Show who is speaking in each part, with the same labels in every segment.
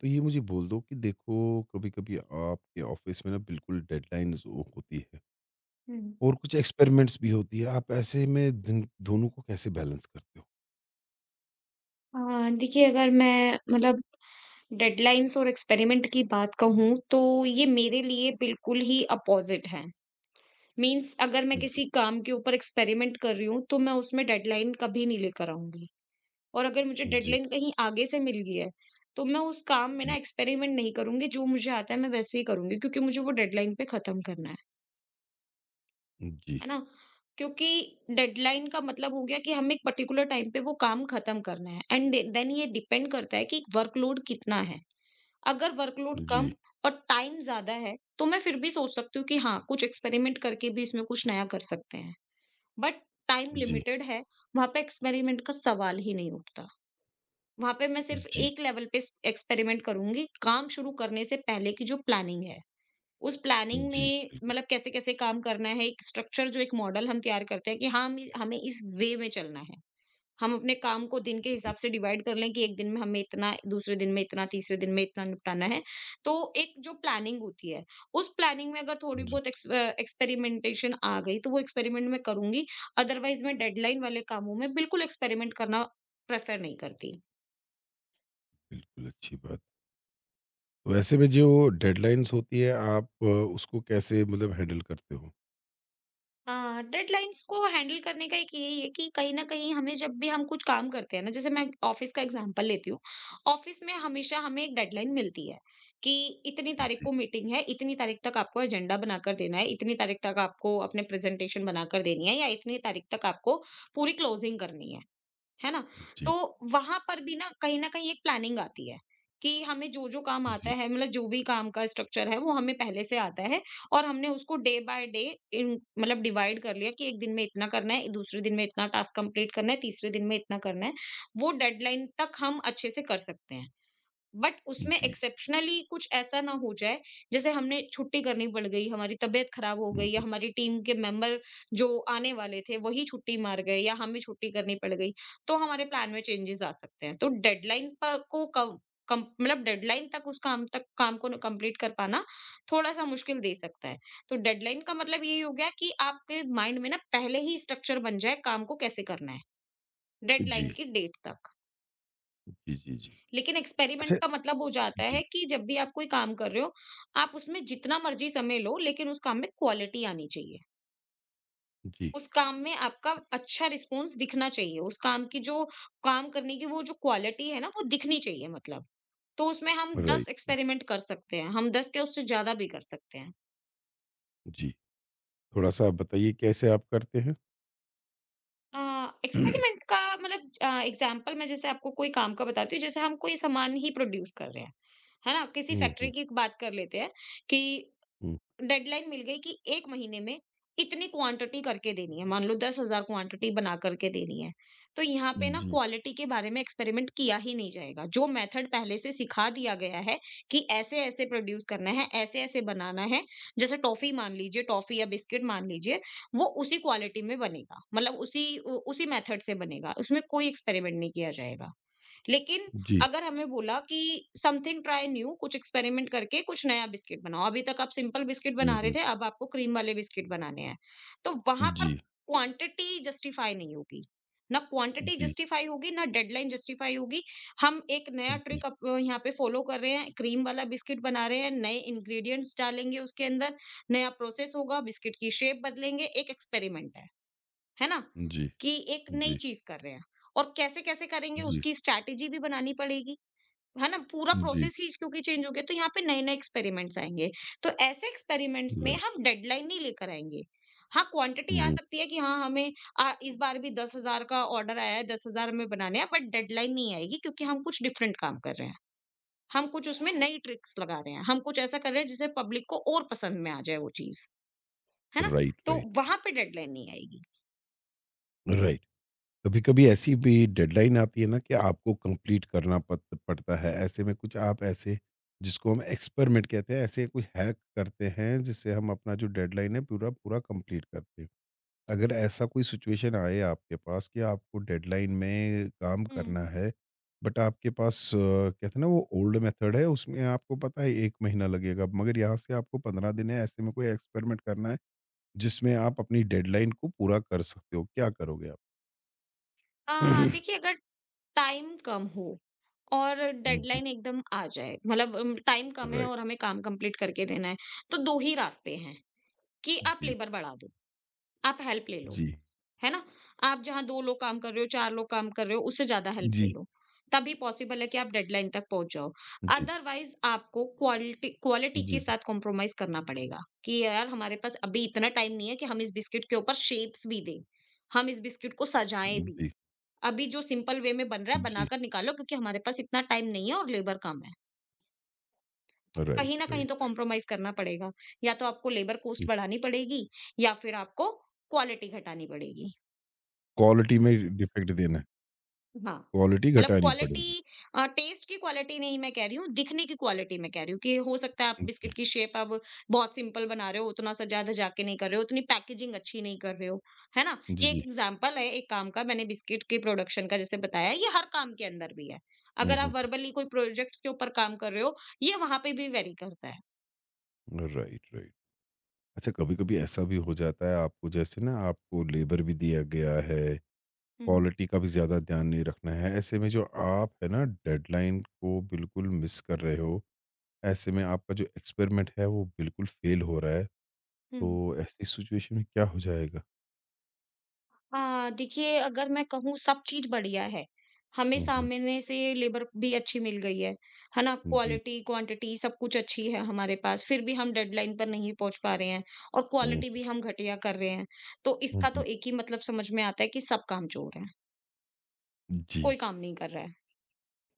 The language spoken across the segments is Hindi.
Speaker 1: तो ये मुझे बोल दो कि देखो कभी-कभी आपके ऑफिस में ना बिल्कुल डेडलाइन्स हो होती है
Speaker 2: हुँ।
Speaker 1: और कुछ एक्सपेरिमेंट्स भी होती है। आप ऐसे में दिन दोनों को कैसे बैलेंस करते हो?
Speaker 2: देखिए, अगर मैं मतलब डेडलाइन्स और एक्सपेरिमेंट की बात कहूँ तो ये मेरे लिए बिल्कुल ही अपोज़िट हैं। मीन्स अगर मैं
Speaker 1: जी,
Speaker 2: किसी काम के ऊपर एक्सपेरिमेंट कर रही हूँ तो मैं उसमें डेडलाइन कभी नहीं लेकर आऊँगी। और अगर मुझे
Speaker 1: जी,
Speaker 2: डेडलाइन कहीं आगे से मिल गई है तो मैं उस काम में ना
Speaker 1: हुँ,
Speaker 2: एक्सपेरिमेंट नहीं करूँगी, जो मुझे आता है मैं वैसे ही करूँगी, क्योंकि मुझे वो डेडलाइन पे ख़त्म करना है।
Speaker 1: जी,
Speaker 2: है ना? क्योंकि डेडलाइन का मतलब हो गया कि हमें एक पर्टिकुलर टाइम पे वो काम खत्म करना है, एंड देन ये डिपेंड करता है कि वर्कलोड कितना है। अगर वर्कलोड कम
Speaker 1: जी,
Speaker 2: और टाइम ज़्यादा है, तो मैं फिर भी सोच सकती हूँ कि हाँ, कुछ एक्सपेरिमेंट करके भी इसमें कुछ नया कर सकते हैं। बट टाइम
Speaker 1: जी,
Speaker 2: लिमिटेड है, वहाँ पे एक्सपेरिमेंट का सवाल ही नहीं उठता। वहाँ पे मैं सिर्फ
Speaker 1: जी,
Speaker 2: एक लेवल पे एक्सपेरिमेंट करूँगी, काम शुरू करने से पहले की जो प्लानिंग है। उस प्लानिंग
Speaker 1: जी,
Speaker 2: में मतलब कैसे-कैसे काम करना है, एक स्ट्रक्चर जो एक मॉडल हम तैयार करते हैं कि हाँ, हम हमें इस वे में चलना है। हम अपने काम को दिन के हिसाब से डिवाइड कर लें कि एक दिन में हमें इतना, दूसरे दिन में इतना, तीसरे दिन में इतना निपटाना है। तो एक जो प्लानिंग होती है, उस प्लानिंग में अगर थोड़ी
Speaker 1: जी,
Speaker 2: बहुत एक्सपेरिमेंटेशन आ गई, तो वो एक्सपेरिमेंट मैं करूँगी, अदरवाइज़ मैं डेडलाइन वाले कामों में बिल्कुल एक्सपेरिमेंट करना प्रेफ़र नहीं करती।
Speaker 1: बिल्कुल अच्छी बात। तो ऐसे में जो डेडलाइन्स होती है आप उसको कैसे मतलब हैंडल करते हो?
Speaker 2: हाँ, डेडलाइन्स को हैंडल करने का एक यही है कि कहीं न कहीं हमें, जब भी हम कुछ काम करते हैं ना, जैसे मैं ऑफ़िस का एग्ज़ाम्पल लेती हूँ। ऑफ़िस में हमेशा हमें एक डेडलाइन मिलती है कि इतनी तारीख
Speaker 1: जी,
Speaker 2: को मीटिंग है, इतनी तारीख तक आपको एजेंडा बनाकर देना है, इतनी तारीख तक आपको अपने प्रेज़ेंटेशन बनाकर देनी है, या इतनी तारीख तक आपको पूरी क्लोजिंग करनी है। है ना? तो
Speaker 1: जी,
Speaker 2: वहाँ पर भी ना कहीं न कहीं एक प्लानिंग आती है कि हमें जो-जो काम आता
Speaker 1: जी,
Speaker 2: है मतलब जो भी काम का स्ट्रक्चर है वो हमें पहले से आता है, और हमने उसको डे बाय डे इन मतलब डिवाइड कर लिया कि एक दिन में इतना करना है, दूसरे दिन में इतना टास्क कंप्लीट करना है, तीसरे दिन में इतना करना है। वो डेडलाइन तक हम अच्छे से कर सकते हैं। बट उसमें
Speaker 1: जी,
Speaker 2: एक्सेप्शनली कुछ ऐसा ना हो जाए, जैसे हमने छुट्टी करनी पड़ गई, हमारी तबीयत खराब हो गई,
Speaker 1: हुँ,
Speaker 2: या
Speaker 1: हुँ,
Speaker 2: हमारी टीम के मेंबर जो आने वाले थे, वही छुट्टी मार गए, या हमें छुट्टी करनी पड़ गई, तो हमारे प्लान में चेंजेस आ सकते हैं। तो डेडलाइन प को कम कम मतलब डेडलाइन तक उस काम तक काम को कंप्लीट कर पाना थोड़ा-सा मुश्किल दे सकता है। तो डेडलाइन का मतलब ये हो गया कि आपके माइंड में ना पहले ही स्ट्रक्चर बन जाए काम को कैसे करना है, डेडलाइन
Speaker 1: जी,
Speaker 2: की डेट तक।
Speaker 1: जी, जी, जी।
Speaker 2: लेकिन
Speaker 1: अच्छा
Speaker 2: एक्सपेरिमेंट का मतलब हो जाता
Speaker 1: जी,
Speaker 2: है कि जब भी आप कोई काम कर रहे हो, आप उसमें जितना मर्ज़ी समय लो, लेकिन उस काम में क्वालिटी आनी चाहिए।
Speaker 1: जी,
Speaker 2: उस काम में आपका अच्छा रिस्पॉन्स दिखना चाहिए। उस काम की जो काम करने की वो जो क्वालिटी है ना, वो दिखनी चाहिए मतलब। तो उसमें हम
Speaker 1: राइट,
Speaker 2: 10 एक्सपेरिमेंट कर सकते हैं। हम 10 क्या, उससे ज़्यादा भी कर सकते हैं।
Speaker 1: जी। थोड़ा-सा आप बताइए कैसे आप करते हैं?
Speaker 2: अ, एक्सपेरिमेंट का मतलब एग्ज़ाम्पल, मैं जैसे आपको कोई काम का बताती हूँ, जैसे हम कोई सामान ही प्रोड्यूस कर रहे हैं, है ना? किसी
Speaker 1: हुँ,
Speaker 2: फैक्ट्री
Speaker 1: हुँ,
Speaker 2: की बात कर लेते हैं कि
Speaker 1: हुँ।
Speaker 2: डेडलाइन मिल गई कि 1 महीने में इतनी क्वांटिटी करके देनी है। मान लो 10,000 क्वांटिटी बना करके देनी है। तो यहाँ पे ना
Speaker 1: जी।
Speaker 2: क्वालिटी के बारे में एक्सपेरिमेंट किया ही नहीं जाएगा। जो मेथड पहले से सिखा दिया गया है कि ऐसे-ऐसे प्रोड्यूस करना है, ऐसे-ऐसे बनाना है। जैसे टॉफ़ी मान लीजिए, टॉफ़ी या बिस्किट मान लीजिए, वो उसी क्वालिटी में बनेगा। मतलब उसी मेथड से बनेगा। उसमें कोई एक्सपेरिमेंट नहीं किया जाएगा। लेकिन
Speaker 1: जी।
Speaker 2: अगर हमें बोला कि समथिंग ट्राई न्यू, कुछ एक्सपेरिमेंट करके कुछ नया बिस्किट बनाओ। अभी तक आप सिंपल बिस्किट
Speaker 1: हुँ,
Speaker 2: बना रहे
Speaker 1: हुँ।
Speaker 2: थे, अब आपको क्रीम वाले बिस्किट बनाने हैं। तो वहाँ पर
Speaker 1: जी,
Speaker 2: क्वांटिटी जस्टिफाई नहीं होगी। ना क्वांटिटी
Speaker 1: जी,
Speaker 2: जस्टिफाई होगी, ना डेडलाइन जस्टिफाई होगी। हम एक नया
Speaker 1: जी,
Speaker 2: ट्रिक अप यहाँ पे फॉलो कर रहे हैं, क्रीम वाला बिस्किट बना रहे हैं, नए इंग्रीडिएंट्स डालेंगे उसके अंदर, नया प्रोसेस होगा, बिस्किट की शेप बदलेंगे, एक एक्सपेरिमेंट है। है ना?
Speaker 1: जी,
Speaker 2: कि एक नई
Speaker 1: जी,
Speaker 2: चीज़ कर रहे हैं और कैसे-कैसे करेंगे
Speaker 1: जी,
Speaker 2: उसकी स्ट्रैटेजी भी बनानी पड़ेगी, है ना? पूरा
Speaker 1: जी,
Speaker 2: प्रोसेस ही क्योंकि चेंज हो गया तो यहाँ पे नए-नए एक्सपेरिमेंट्स आएँगे। तो ऐसे एक्सपेरिमेंट्स में
Speaker 1: लाइक
Speaker 2: हम डेडलाइन नहीं लेकर आएँगे। हाँ, क्वांटिटी आ
Speaker 1: हुँ,
Speaker 2: सकती है कि हाँ, हमें इस बार भी 10,000 का ऑर्डर आया है, 10,000 हमें बनाने हैं, बट डेडलाइन नहीं आएगी, क्योंकि हम कुछ डिफरेंट काम कर रहे हैं। हम कुछ उसमें नई ट्रिक्स लगा रहे हैं, हम कुछ ऐसा कर रहे हैं जिससे पब्लिक को और पसंद में आ जाए वो चीज़, है ना?
Speaker 1: राइट,
Speaker 2: तो
Speaker 1: राइट,
Speaker 2: वहाँ पे डेडलाइन नहीं आएगी।
Speaker 1: राइट। कभी-कभी ऐसी भी डेडलाइन आती है ना कि आपको कंप्लीट करना पत पड़ता है। ऐसे में कुछ आप ऐसे जिसको हम एक्सपेरिमेंट कहते हैं, ऐसे कोई हैक करते हैं जिससे हम अपना जो डेडलाइन है पूरा पूरा कंप्लीट करते हैं? अगर ऐसा कोई सिचुएशन आए आपके पास कि आपको डेडलाइन में काम
Speaker 2: हुँ।
Speaker 1: करना है बट आपके पास कहते हैं ना वो ओल्ड मेथड है उसमें आपको पता है एक महीना लगेगा मगर यहाँ से आपको पंद्रह दिन है ऐसे में कोई एक्सपेरिमेंट करना है जिसमें आप अपनी डेडलाइन को पूरा कर सकते हो क्या करोगे आप
Speaker 2: देखिए, अगर टाइम कम हो और
Speaker 1: जी
Speaker 2: डेडलाइन एकदम आ जाए, मतलब टाइम कम है
Speaker 1: राइट
Speaker 2: और हमें काम कंप्लीट करके देना है, तो दो ही रास्ते हैं कि आप
Speaker 1: जी
Speaker 2: लेबर बढ़ा दो, आप हेल्प ले लो,
Speaker 1: जी
Speaker 2: है ना? आप जहाँ दो लोग काम कर रहे हो, चार लोग काम कर रहे हो, उससे ज्यादा हेल्प ले
Speaker 1: जी
Speaker 2: लो, तभी पॉसिबल है कि आप डेडलाइन तक पहुंच जाओ।
Speaker 1: जी
Speaker 2: अदरवाइज आपको क्वालिटी क्वालिटी
Speaker 1: जी
Speaker 2: के
Speaker 1: जी
Speaker 2: साथ कॉम्प्रोमाइज करना पड़ेगा कि यार, हमारे पास अभी इतना टाइम नहीं है कि हम इस बिस्किट के ऊपर शेप्स भी दें, हम इस बिस्किट को सजाएं भी।
Speaker 1: जी
Speaker 2: अभी जो सिंपल वे में बन रहा है,
Speaker 1: जी
Speaker 2: बनाकर निकालो, क्योंकि हमारे पास इतना टाइम नहीं है और लेबर कम है। तो कहीं
Speaker 1: राइट
Speaker 2: न कहीं तो
Speaker 1: राइट
Speaker 2: कॉम्प्रोमाइज़ करना पड़ेगा। या तो आपको लेबर कॉस्ट बढ़ानी पड़ेगी, या फिर आपको क्वालिटी घटानी पड़ेगी।
Speaker 1: क्वालिटी में डिफेक्ट देना है
Speaker 2: हाँ,
Speaker 1: क्वालिटी
Speaker 2: मतलब
Speaker 1: घटानी
Speaker 2: क्वालिटी,
Speaker 1: पड़ेगी
Speaker 2: टेस्ट की क्वालिटी नहीं मैं कह रही हूँ, दिखने की क्वालिटी मैं कह रही हूँ कि हो सकता है आप
Speaker 1: जी
Speaker 2: बिस्किट की शेप अब बहुत सिंपल बना रहे हो, उतना सा ज़्यादा जाके नहीं कर रहे हो, उतनी पैकेजिंग अच्छी नहीं कर रहे हो, है ना?
Speaker 1: जी
Speaker 2: ये एक
Speaker 1: जी
Speaker 2: एग्जांपल है एक काम का, मैंने बिस्किट के प्रोडक्शन का जैसे बताया, ये हर काम के अंदर भी है।
Speaker 1: हम्म,
Speaker 2: अगर आप
Speaker 1: हम्म।
Speaker 2: वर्बली कोई प्रोजेक्ट्स के ऊपर काम कर रहे हो, ये वहाँ पे भी वेरी करता है।
Speaker 1: राइट राइट अच्छा कभी-कभी ऐसा भी हो जाता है आपको जैसे ना आपको लेबर भी दिया गया है,
Speaker 2: हुँ,
Speaker 1: क्वालिटी का भी ज़्यादा ध्यान नहीं रखना है, ऐसे में जो आप है ना डेडलाइन को बिल्कुल मिस कर रहे हो, ऐसे में आपका जो एक्सपेरिमेंट है वो बिल्कुल फेल हो रहा है,
Speaker 2: हुँ।
Speaker 1: तो ऐसी सिचुएशन में क्या हो जाएगा?
Speaker 2: हाँ, देखिए, अगर मैं कहूँ सब चीज़ बढ़िया है। हमें
Speaker 1: हुँ, हुँ।
Speaker 2: सामने से लेबर भी अच्छी मिल गई है ना?
Speaker 1: जी।
Speaker 2: क्वालिटी, क्वांटिटी सब कुछ अच्छी है हमारे पास, फिर भी हम डेडलाइन पर नहीं पहुँच पा रहे हैं, और
Speaker 1: हुँ,
Speaker 2: क्वालिटी भी हम घटिया कर रहे हैं। तो
Speaker 1: हुँ,
Speaker 2: इसका तो
Speaker 1: हुँ।
Speaker 2: एक ही मतलब समझ में आता है कि सब कामचोर हैं,
Speaker 1: जी,
Speaker 2: कोई काम नहीं कर रहा है।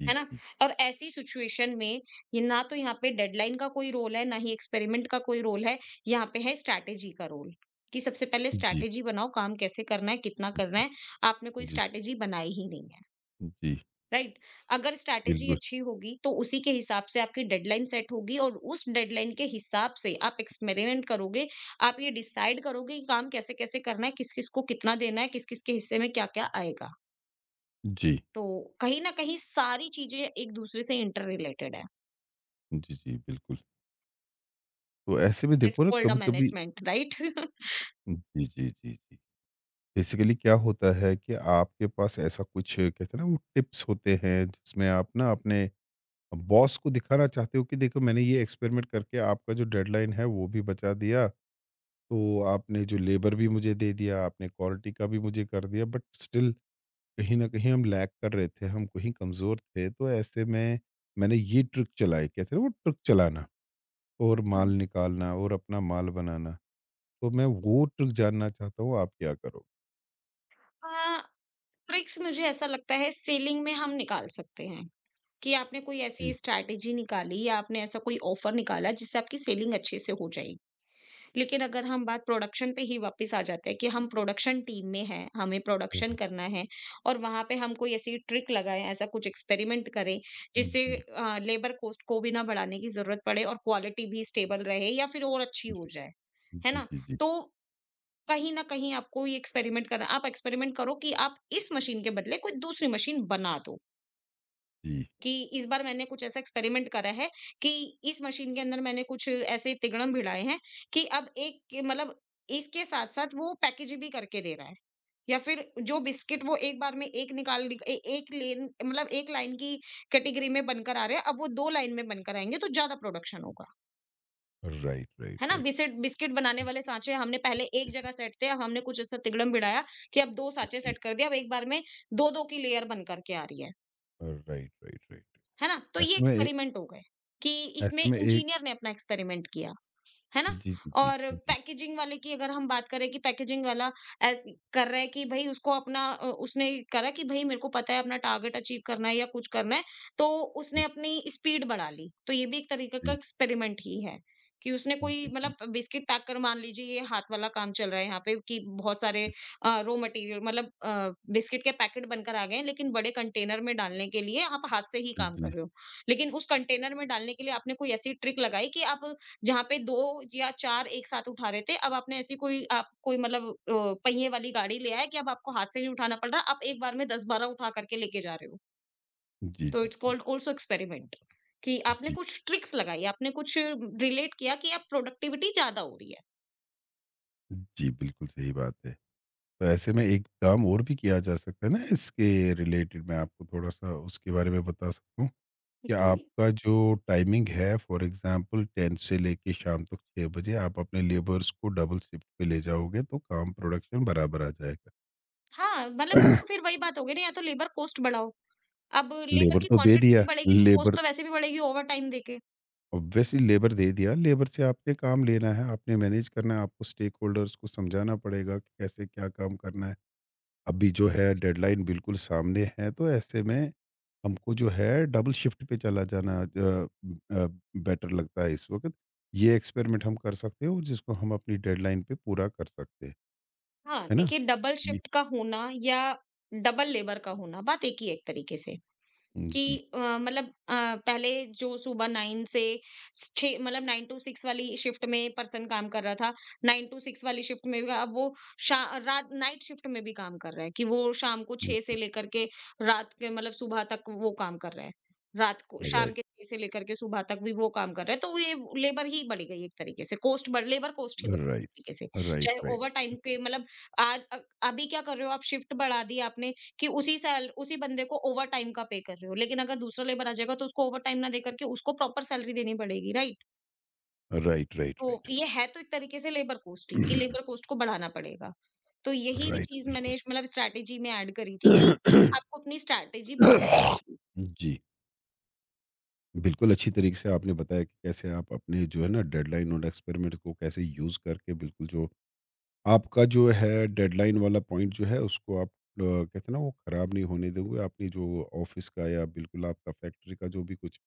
Speaker 1: जी,
Speaker 2: है ना?
Speaker 1: जी।
Speaker 2: और ऐसी सिचुएशन में ये, ना तो यहाँ पे डेडलाइन का कोई रोल है, ना ही एक्सपेरिमेंट का कोई रोल है, यहाँ पे है स्ट्रैटेजी का रोल, कि सबसे पहले
Speaker 1: जी,
Speaker 2: स्ट्रैटेजी बनाओ, काम कैसे करना है, कितना
Speaker 1: जी,
Speaker 2: करना है, आपने कोई
Speaker 1: जी, जी,
Speaker 2: स्ट्रैटेजी बनाई ही नहीं है,
Speaker 1: जी,
Speaker 2: राइट? अगर स्ट्रैटेजी
Speaker 1: बिल्कुल।
Speaker 2: अच्छी होगी, तो उसी के हिसाब से आपकी डेडलाइन सेट होगी, और उस डेडलाइन के हिसाब से आप एक्सपेरिमेंट करोगे, आप ये डिसाइड करोगे कि काम कैसे-कैसे करना है, किस-किस को कितना देना है, किस-किस के हिस्से में क्या-क्या आएगा।
Speaker 1: जी,
Speaker 2: तो कहीं न कहीं सारी चीज़ें एक-दूसरे से इंटर रिलेटेड है।
Speaker 1: जी, जी, बिल्कुल। तो ऐसे में
Speaker 2: दैट्स
Speaker 1: देखो ना
Speaker 2: कॉल्ड अ
Speaker 1: कभी-कभी
Speaker 2: मैनेजमेंट, राइट?
Speaker 1: जी, जी, जी, जी। बेसिकली क्या होता है कि आपके पास ऐसा कुछ कहते हैं ना वो टिप्स होते हैं जिसमें आप ना अपने बॉस को दिखाना चाहते हो कि देखो मैंने ये एक्सपेरिमेंट करके आपका जो डेडलाइन है वो भी बचा दिया तो आपने जो लेबर भी मुझे दे दिया आपने क्वालिटी का भी मुझे कर दिया बट स्टिल कहीं ना कहीं हम लैग कर रहे थे हम कहीं कमज़ोर थे तो ऐसे में मैंने ये ट्रिक चलाई कहते हैं ना वो ट्रिक चलाना और माल
Speaker 2: हम्म,
Speaker 1: निकालना और अपना माल बनाना तो मैं वो ट्रिक जानना चाहता हूँ आप क्या करो
Speaker 2: हाँ, ट्रिक्स मुझे ऐसा लगता है सेलिंग में हम निकाल सकते हैं कि आपने कोई ऐसी
Speaker 1: जी
Speaker 2: स्ट्रैटेजी निकाली, या आपने ऐसा कोई ऑफर निकाला जिससे आपकी सेलिंग अच्छे से हो जाएगी। लेकिन अगर हम बात प्रोडक्शन पे ही वापस आ जाते हैं कि हम प्रोडक्शन टीम में हैं, हमें प्रोडक्शन
Speaker 1: हम्म,
Speaker 2: करना है, और वहां पे हम कोई ऐसी ट्रिक लगाएं, ऐसा कुछ एक्सपेरिमेंट करें जिससे
Speaker 1: जी
Speaker 2: लेबर कॉस्ट को भी ना बढ़ाने की जरूरत पड़े, और क्वालिटी भी स्टेबल रहे या फिर और अच्छी
Speaker 1: जी
Speaker 2: हो जाए, है
Speaker 1: जी,
Speaker 2: ना?
Speaker 1: जी, जी,
Speaker 2: तो कहीं न कहीं आपको ये एक्सपेरिमेंट करना, आप एक्सपेरिमेंट करो कि आप इस मशीन के बदले कोई दूसरी मशीन बना दो,
Speaker 1: जी।
Speaker 2: कि इस बार मैंने कुछ ऐसा एक्सपेरिमेंट करा है कि इस मशीन के अंदर मैंने कुछ ऐसे तिगड़म भिड़ाए हैं कि अब एक मतलब इसके साथ-साथ वो पैकेज भी करके दे रहा है, या फिर जो बिस्किट वो एक बार में एक निकाल निक ए एक लेन मतलब एक लाइन की कैटेगरी में बनकर आ रहे हैं, अब वो 2 लाइन में बनकर आएँगे तो ज़्यादा प्रोडक्शन होगा।
Speaker 1: राइट, राइट,
Speaker 2: है ना?
Speaker 1: राइट।
Speaker 2: बिसेट बिस्किट बनाने वाले साँचे हमने पहले एक
Speaker 1: जी, जी,
Speaker 2: जगह सेट थे, अब हमने कुछ ऐसा तिगड़म बिड़ाया कि अब 2 साँचे
Speaker 1: जी।
Speaker 2: सेट कर दिए, अब एक बार में दो-दो की लेयर बन कर के आ रही है।
Speaker 1: Right, right, right.
Speaker 2: है ना? तो ये
Speaker 1: ऐसे में ए
Speaker 2: एक्सपेरिमेंट हो गए कि इसमें
Speaker 1: ऐसे में एक
Speaker 2: इंजीनियर ने अपना एक्सपेरिमेंट किया। है ना?
Speaker 1: जी, जी, जी,
Speaker 2: और
Speaker 1: जी, जी,
Speaker 2: पैकेजिंग वाले की अगर हम बात करें कि पैकेजिंग वाला ऐस कर रहा है कि भई उसको अपना उसने करा कि भई मेरे को पता है अपना टारगेट अचीव करना है या कुछ करना है, तो उसने अपनी स्पीड बढ़ा ली। तो ये भी एक तरीके
Speaker 1: जी,
Speaker 2: का
Speaker 1: जी,
Speaker 2: एक्सपेरिमेंट ही है, कि उसने कोई
Speaker 1: जी, जी,
Speaker 2: मतलब बिस्किट पैक कर मान लीजिए ये हाथ वाला काम चल रहा है यहाँ पे कि बहुत सारे रॉ मटेरियल मतलब बिस्किट के पैकेट बनकर आ गए हैं, लेकिन बड़े कंटेनर में डालने के लिए आप हाथ से ही काम कर रहे हो। लेकिन उस कंटेनर में डालने के लिए आपने कोई ऐसी ट्रिक लगाई कि आप जहाँ पे 2 या 4 एक साथ उठा रहे थे, अब आपने ऐसी कोई आप कोई मतलब पहिए वाली गाड़ी ले आए कि अब आपको हाथ से नहीं उठाना पड़ रहा, आप एक बार में 10-12 उठा करके लेके जा रहे हो।
Speaker 1: जी,
Speaker 2: तो इट्स
Speaker 1: जी,
Speaker 2: कॉल्ड आल्सो एक्सपेरिमेंट, कि आपने
Speaker 1: जी,
Speaker 2: कुछ ट्रिक्स लगाई, आपने कुछ रिलेट किया कि अब प्रोडक्टिविटी ज़्यादा हो रही है।
Speaker 1: जी, बिल्कुल सही बात है। तो ऐसे में एक काम और भी किया जा सकता है ना इसके रिलेटेड मैं आपको थोड़ा-सा उसके बारे में बता सकता हूँ, कि
Speaker 2: जी।
Speaker 1: आपका जो टाइमिंग है फॉर एग्ज़ाम्पल 10 से लेके शाम तक 6 बजे आप अपने लेबर्स को डबल शिफ्ट पे ले जाओगे तो काम प्रोडक्शन बराबर आ जाएगा।
Speaker 2: हाँ, मतलब ये तो फिर वही बात हो गई ना, या तो लेबर कॉस्ट बढ़ाओ, अब लेबर
Speaker 1: लेबर
Speaker 2: की
Speaker 1: तो दे
Speaker 2: क्वांटिटी
Speaker 1: दिया,
Speaker 2: नहीं बढ़ेगी तो कॉस्ट
Speaker 1: लेबर
Speaker 2: तो वैसे भी बढ़ेगी ओवरटाइम देके।
Speaker 1: ऑब्वियसली लेबर दे दिया, लेबर से आपने काम लेना है, आपने मैनेज करना है, आपको स्टेक होल्डर्स को समझाना पड़ेगा कि कैसे क्या काम करना है। अभी जो है
Speaker 2: यस।
Speaker 1: डेडलाइन बिल्कुल सामने है, तो ऐसे में हमको जो है डबल शिफ्ट पे चला जाना बेटर लगता है इस वक़्त। ये एक्सपेरिमेंट हम कर सकते हैं और जिसको हम अपनी डेडलाइन पे पूरा कर सकते हैं,
Speaker 2: हाँ,
Speaker 1: है ना?
Speaker 2: देखिए डबल
Speaker 1: जी,
Speaker 2: शिफ्ट का होना या डबल लेबर का होना, बात एक ही है एक तरीके से। कि
Speaker 1: जी,
Speaker 2: मतलब पहले जो सुबह 9 से 6 मतलब 9 टू 6 वाली शिफ्ट में पर्सन काम कर रहा था, 9 टू 6 वाली शिफ्ट में भी अब वो शा रात नाइट शिफ्ट में भी काम कर रहा है, कि वो शाम को
Speaker 1: हुँ,
Speaker 2: 6 से लेकर के रात के मतलब सुबह तक वो काम कर रहा है। रात को शाम
Speaker 1: राइट,
Speaker 2: के 6 से लेकर के सुबह तक भी वो काम कर रहा है, तो ये लेबर ही बढ़ गई एक तरीके से, कॉस्ट बढ़ लेबर कॉस्ट ही बढ़
Speaker 1: राइट,
Speaker 2: गई एक तरीके से।
Speaker 1: राइट,
Speaker 2: चाहे
Speaker 1: राइट,
Speaker 2: ओवरटाइम के मतलब आज अभी क्या कर रहे हो आप, शिफ्ट बढ़ा दी आपने कि उसी बंदे को ओवर टाइम का पे कर रहे हो। लेकिन अगर दूसरा लेबर आ जाएगा तो उसको ओवर टाइम ना देकर के उसको प्रॉपर सैलरी देनी पड़ेगी, राइट?
Speaker 1: राइट, राइट,
Speaker 2: तो
Speaker 1: राइट,
Speaker 2: ये है तो एक तरीके से लेबर कोस्ट ही, कि लेबर कोस्ट को बढ़ाना पड़ेगा। तो यही भी
Speaker 1: राइट,
Speaker 2: चीज़
Speaker 1: बिल्कुल।
Speaker 2: मैंने मतलब स्ट्रैटेजी में ऐड करी थी, कि
Speaker 1: जी,
Speaker 2: आपको अपनी स्ट्रैटेजी बनानी पड़ेगी।
Speaker 1: बिल्कुल अच्छी तरीके से आपने बताया कि कैसे आप अपने जो है ना डेडलाइन और एक्सपेरिमेंट को कैसे यूज़ करके बिल्कुल जो आपका जो है डेडलाइन वाला पॉइंट जो है उसको आप कहते हैं ना वो ख़राब नहीं होने दोगे। आपने जो ऑफ़िस का या बिल्कुल आपका फैक्ट्री का जो भी कुछ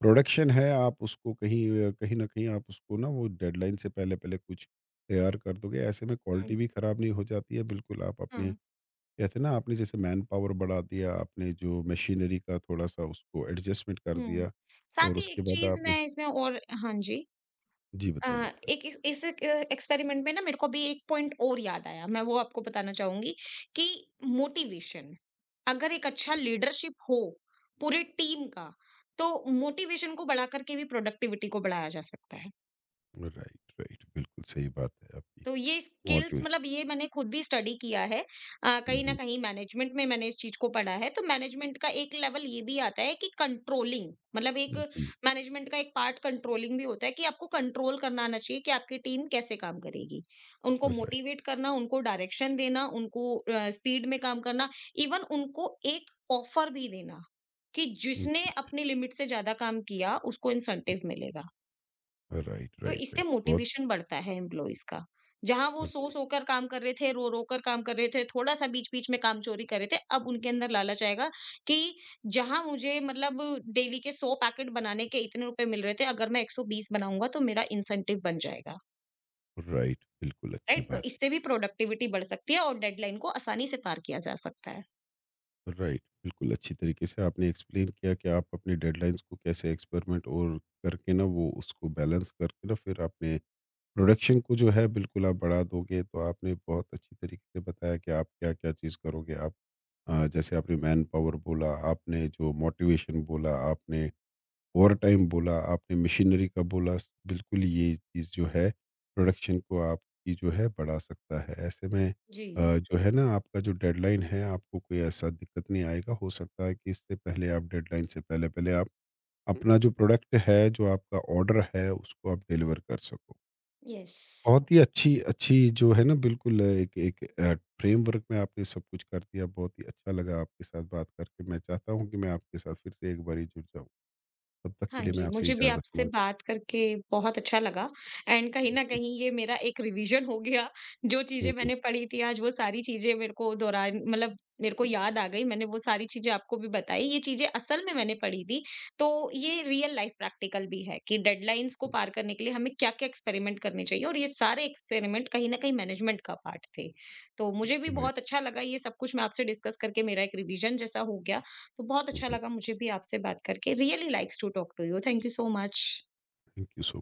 Speaker 1: प्रोडक्शन है आप उसको कहीं कहीं न कहीं आप उसको ना वो डेडलाइन से पहले-पहले कुछ तैयार कर दोगे। ऐसे में
Speaker 2: हुँ।
Speaker 1: क्वालिटी भी ख़राब नहीं हो जाती है। बिल्कुल आप
Speaker 2: हाँ।
Speaker 1: अपने कहते हैं ना आपने जैसे मैन पावर बढ़ा दिया आपने जो मशीनरी का थोड़ा सा उसको एडजस्टमेंट कर
Speaker 2: हुँ।
Speaker 1: दिया और
Speaker 2: साथ ही
Speaker 1: उसके
Speaker 2: एक
Speaker 1: बाद
Speaker 2: चीज़
Speaker 1: आपने
Speaker 2: मैं इसमें और हाँ जी।
Speaker 1: जी
Speaker 2: अ,
Speaker 1: बताइए बताइए
Speaker 2: एक इस एक एक्सपेरिमेंट में ना, मेरे को अभी एक पॉइंट और याद आया, मैं वो आपको बताना चाहूँगी कि मोटिवेशन, अगर एक अच्छा लीडरशिप हो पूरी टीम का, तो मोटिवेशन को बढ़ा करके भी प्रोडक्टिविटी को बढ़ाया जा सकता है।
Speaker 1: राइट राइट बिल्कुल सही बात है आपकी
Speaker 2: तो ये स्किल्स
Speaker 1: मोटिवेशन
Speaker 2: मतलब ये मैंने खुद भी स्टडी किया है। कहीं न कहीं मैनेजमेंट में मैंने इस चीज़ को पढ़ा है। तो मैनेजमेंट का एक लेवल ये भी आता है, कि कंट्रोलिंग मतलब एक
Speaker 1: जी
Speaker 2: मैनेजमेंट का एक पार्ट कंट्रोलिंग भी होता है, कि आपको कंट्रोल करना आना चाहिए कि आपकी टीम कैसे काम करेगी। उनको
Speaker 1: राइट
Speaker 2: मोटिवेट करना, उनको डायरेक्शन देना, उनको स्पीड में काम करना, इवन उनको एक ऑफर भी देना कि जिसने
Speaker 1: जी
Speaker 2: अपनी लिमिट से ज़्यादा काम किया उसको इंसेंटिव मिलेगा।
Speaker 1: राइट
Speaker 2: तो
Speaker 1: राइट
Speaker 2: इससे
Speaker 1: राइट बहुत
Speaker 2: मोटिवेशन बढ़ता है एम्प्लॉइज का। जहां वो
Speaker 1: राइट
Speaker 2: सो कर काम कर रहे थे, रो रो कर काम कर रहे थे, थोड़ा सा बीच बीच में काम चोरी कर रहे थे, अब उनके अंदर लालच आएगा कि जहां मुझे मतलब डेली के 100 पैकेट बनाने के इतने रुपए मिल रहे थे, अगर मैं 120 बनाऊंगा तो मेरा इंसेंटिव बन जाएगा,
Speaker 1: राइट बिल्कुल अच्छी
Speaker 2: राइट? तो
Speaker 1: बात
Speaker 2: इससे भी प्रोडक्टिविटी बढ़ सकती है और डेडलाइन को आसानी से पार किया जा सकता है।
Speaker 1: है राइट बिल्कुल अच्छी तरीके से आपने एक्सप्लेन किया कि आप अपनी डेडलाइंस को कैसे एक्सपेरिमेंट और करके ना वो उसको बैलेंस करके ना फिर आपने प्रोडक्शन को जो है बिल्कुल आप बढ़ा दोगे तो आपने बहुत अच्छी तरीके से बताया कि आप क्या-क्या चीज़ करोगे आप जैसे आपने मैन पावर बोला, आपने जो मोटिवेशन बोला, आपने ओवर टाइम बोला, आपने मशीनरी का बोला। बिल्कुल ये चीज़ जो है प्रोडक्शन को आपकी जो है बढ़ा सकता है। ऐसे में
Speaker 2: जी। जी।
Speaker 1: जो है ना आपका जो डेडलाइन है आपको कोई ऐसा दिक्कत नहीं आएगा। हो सकता है कि इससे पहले आप डेडलाइन से पहले-पहले आप अपना जो प्रोडक्ट है, जो आपका ऑर्डर है उसको आप डिलीवर कर सको।
Speaker 2: यस।
Speaker 1: बहुत ही अच्छी अच्छी जो है ना बिल्कुल एक एक फ्रेमवर्क में आपने सब कुछ कर दिया। बहुत ही अच्छा लगा आपके साथ बात करके। मैं चाहता हूँ कि मैं आपके साथ फिर से एक बारी जुड़ जाऊँ। तब तक
Speaker 2: हाँ
Speaker 1: के लिए मैं
Speaker 2: जी,
Speaker 1: आपसे
Speaker 2: मुझे भी
Speaker 1: इजाज़त
Speaker 2: आपसे
Speaker 1: माँगता
Speaker 2: बात करके बहुत अच्छा लगा, एंड कहीं
Speaker 1: हूँ।
Speaker 2: न
Speaker 1: जी।
Speaker 2: कहीं ये मेरा एक रिवीजन हो गया। जो
Speaker 1: हुँ,
Speaker 2: चीज़ें
Speaker 1: हुँ।
Speaker 2: मैंने पढ़ी थी, आज वो सारी चीज़ें मेरे को दोहरान मतलब मेरे को याद आ गई। मैंने वो सारी चीज़ें आपको भी बताई। ये चीज़ें असल में मैंने पढ़ी थी, तो ये रियल लाइफ़ प्रैक्टिकल भी है कि डेडलाइन्स को पार करने के लिए हमें क्या-क्या एक्सपेरिमेंट करने चाहिए, और ये सारे एक्सपेरिमेंट कहीं न कहीं मैनेजमेंट का पार्ट थे। तो मुझे भी
Speaker 1: राइट।
Speaker 2: बहुत अच्छा लगा ये सब कुछ मैं आपसे डिस्कस करके, मेरा एक रिवीजन जैसा हो गया। तो बहुत
Speaker 1: हुँ,
Speaker 2: अच्छा
Speaker 1: हुँ।
Speaker 2: लगा मुझे भी आपसे बात करके। Really likes to talk to you. Thank you so much.
Speaker 1: Thank you so much.